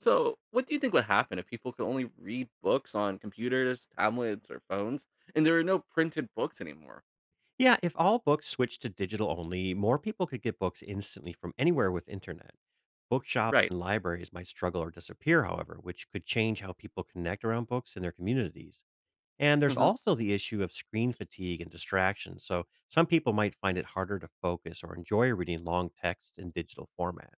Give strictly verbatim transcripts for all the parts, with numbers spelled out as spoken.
So, what do you think would happen if people could only read books on computers, tablets, or phones, and there are no printed books anymore? Yeah, if all books switched to digital only, more people could get books instantly from anywhere with internet. Bookshops Right. and libraries might struggle or disappear, however, which could change how people connect around books in their communities. And there's hmm also the issue of screen fatigue and distraction. So some people might find it harder to focus or enjoy reading long texts in digital format.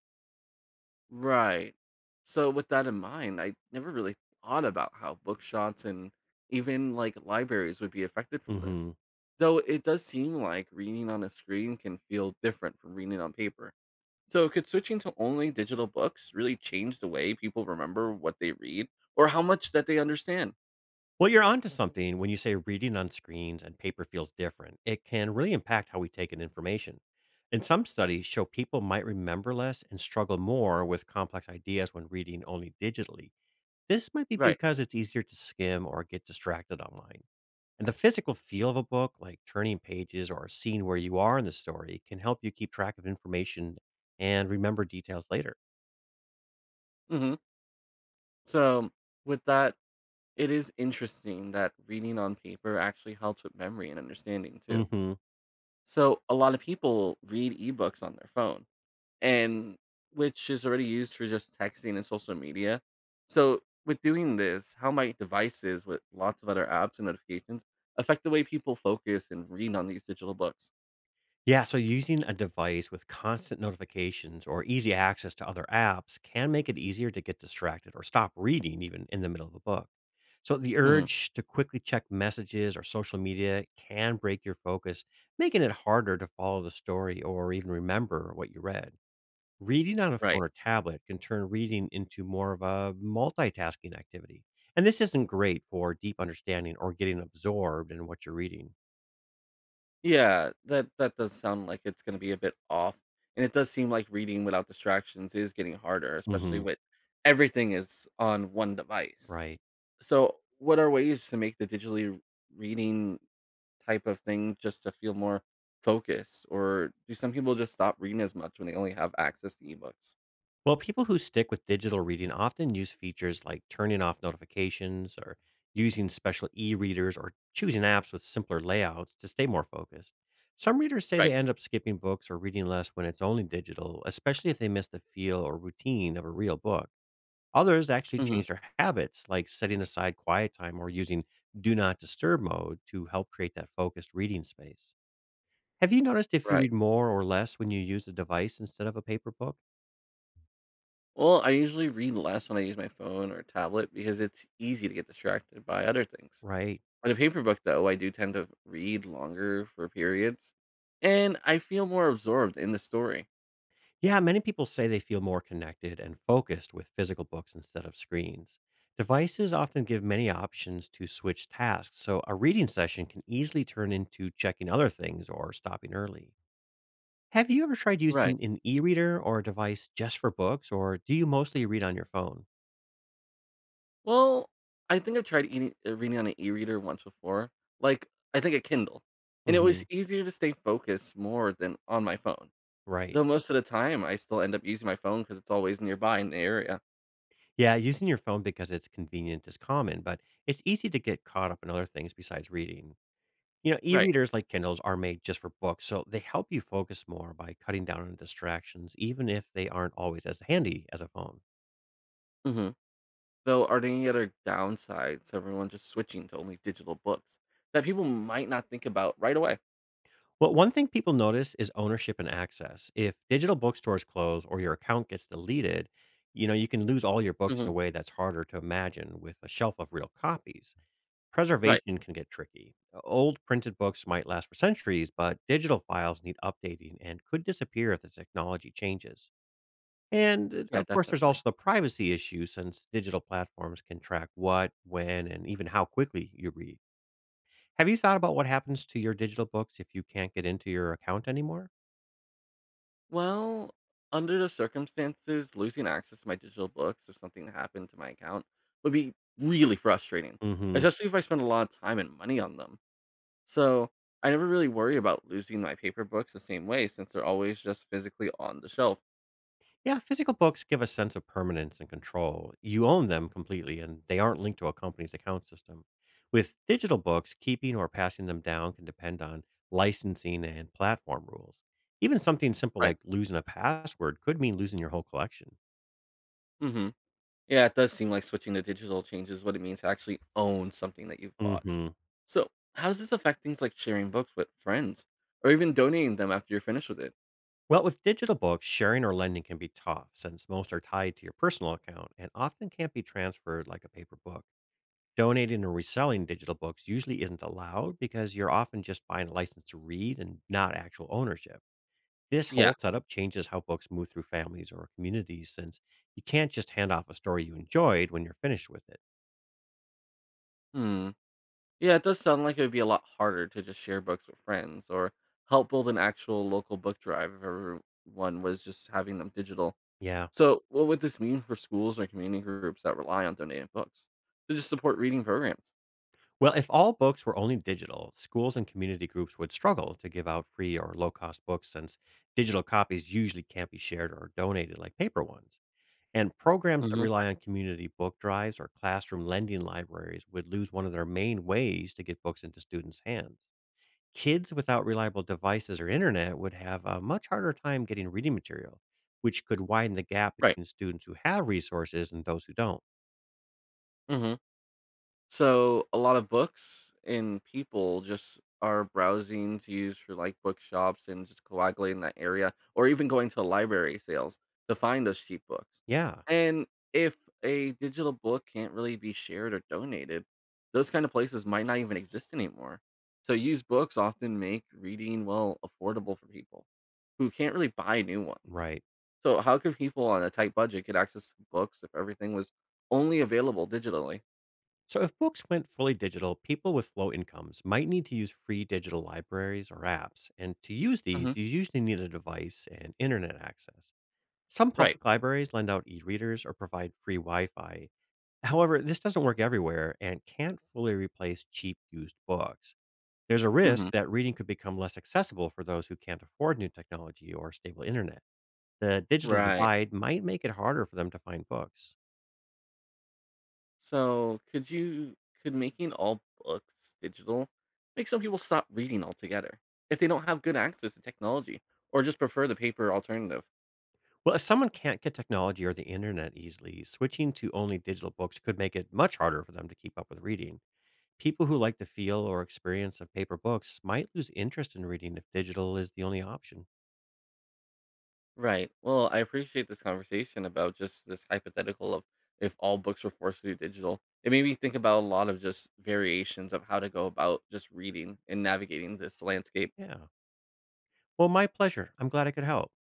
Right. So, with that in mind, I never really thought about how bookshops and even like libraries would be affected from Hmm this. Though it does seem like reading on a screen can feel different from reading on paper. So, could switching to only digital books really change the way people remember what they read or how much that they understand? Well, you're onto something when you say reading on screens and paper feels different. It can really impact how we take in information. And some studies show people might remember less and struggle more with complex ideas when reading only digitally. This might be Right. because it's easier to skim or get distracted online. And the physical feel of a book, like turning pages or seeing where you are in the story, can help you keep track of information and remember details later. hmm So, with that, it is interesting that reading on paper actually helps with memory and understanding too. Mhm. So, a lot of people read ebooks on their phone, and which is already used for just texting and social media. So, with doing this, how might devices with lots of other apps and notifications affect the way people focus and read on these digital books? Yeah, so using a device with constant notifications or easy access to other apps can make it easier to get distracted or stop reading even in the middle of a book. So the Mhm. urge to quickly check messages or social media can break your focus, making it harder to follow the story or even remember what you read. Reading on a phone Right. or tablet can turn reading into more of a multitasking activity. And this isn't great for deep understanding or getting absorbed in what you're reading. Yeah, that that does sound like it's gonna be a bit off, and it does seem like reading without distractions is getting harder, especially Hmm with everything is on one device. Right. So, what are ways to make the digitally reading type of thing just to feel more focused, or do some people just stop reading as much when they only have access to ebooks? Well, people who stick with digital reading often use features like turning off notifications or using special e readers or choosing apps with simpler layouts to stay more focused. Some readers say they Right. end up skipping books or reading less when it's only digital, especially if they miss the feel or routine of a real book. Others actually hmm change their habits, like setting aside quiet time or using do not disturb mode to help create that focused reading space. Have you noticed if you Right. read more or less when you use a device instead of a paper book? Well, I usually read less when I use my phone or tablet because it's easy to get distracted by other things. Right. On a paper book, though, I do tend to read longer for periods, and I feel more absorbed in the story. Yeah, many people say they feel more connected and focused with physical books instead of screens. Devices often give many options to switch tasks, so a reading session can easily turn into checking other things or stopping early. Have you ever tried Right. using an e reader or a device just for books, or do you mostly read on your phone? Well, I think I've tried eating, uh, reading on an e-reader once before, like I think a Kindle, and it Hmm was easier to stay focused more than on my phone. Right. Though most of the time, I still end up using my phone because it's always nearby in the area. Yeah, using your phone because it's convenient is common, but it's easy to get caught up in other things besides reading. You know, Right. e-readers like Kindles are made just for books, so they help you focus more by cutting down on distractions, even if they aren't always as handy as a phone. hmm Though, are there any other downsides to everyone just switching to only digital books that people might not think about right away? Well, one thing people notice is ownership and access. If digital bookstores close or your account gets deleted, you know, you can lose all your books in Hmm. a way that's harder to imagine with a shelf of real copies. Right. Preservation can get tricky. Old printed books might last for centuries, but digital files need updating and could disappear if the technology changes. And, uh, Yeah, of course, there's also definitely. the privacy issue since digital platforms can track what, when, and even how quickly you read. Have you thought about what happens to your digital books if you can't get into your account anymore? Well, under the circumstances, losing access to my digital books if something happened to my account would be really frustrating, Hmm especially if I spend a lot of time and money on them. So I never really worry about losing my paper books the same way since they're always just physically on the shelf. Yeah, physical books give a sense of permanence and control. You own them completely, and they aren't linked to a company's account system. With digital books, keeping or passing them down can depend on licensing and platform rules. Even something simple Right. like losing a password could mean losing your whole collection. Mm-hmm. Yeah, it does seem like switching to digital changes what it means to actually own something that you've bought. Hmm So how does this affect things like sharing books with friends or even donating them after you're finished with it? Well, with digital books, sharing or lending can be tough since most are tied to your personal account and often can't be transferred like a paper book. Donating or reselling digital books usually isn't allowed because you're often just buying a license to read and not actual ownership. This Yeah. whole setup changes how books move through families or communities since you can't just hand off a story you enjoyed when you're finished with it. Hmm. Yeah, it does sound like it would be a lot harder to just share books with friends or help build an actual local book drive if everyone was just having them digital. Yeah. So, what would this mean for schools or community groups that rely on donated books to just support reading programs? Well, if all books were only digital, schools and community groups would struggle to give out free or low cost books since digital copies usually can't be shared or donated like paper ones. And programs that hmm rely on community book drives or classroom lending libraries would lose one of their main ways to get books into students' hands. Kids without reliable devices or internet would have a much harder time getting reading material, which could widen the gap Right. between students who have resources and those who don't. hmm So a lot of books and people just are browsing to use for like bookshops and just coagulating that area, or even going to library sales to find those cheap books. Yeah, And if a digital book can't really be shared or donated, those kind of places might not even exist anymore. So used books often make reading well affordable for people who can't really buy new ones. right. So how could people on a tight budget get access to books if everything was only available digitally? So, if books went fully digital, people with low incomes might need to use free digital libraries or apps. And to use hmm these, you usually need a device and internet access. Some Right. public libraries lend out e readers or provide free Wi Fi. However, this doesn't work everywhere and can't fully replace cheap used books. There's a risk Mhm. that reading could become less accessible for those who can't afford new technology or stable internet. The digital Right. divide might make it harder for them to find books. So, could you could making all books digital make some people stop reading altogether if they don't have good access to technology or just prefer the paper alternative? Well, if someone can't get technology or the internet easily, switching to only digital books could make it much harder for them to keep up with reading. People who like the feel or experience of paper books might lose interest in reading if digital is the only option. Right. Well, I appreciate this conversation about just this hypothetical of if all books were forced to be digital. It made me think about a lot of just variations of how to go about just reading and navigating this landscape. Yeah. Well, my pleasure. I'm glad I could help.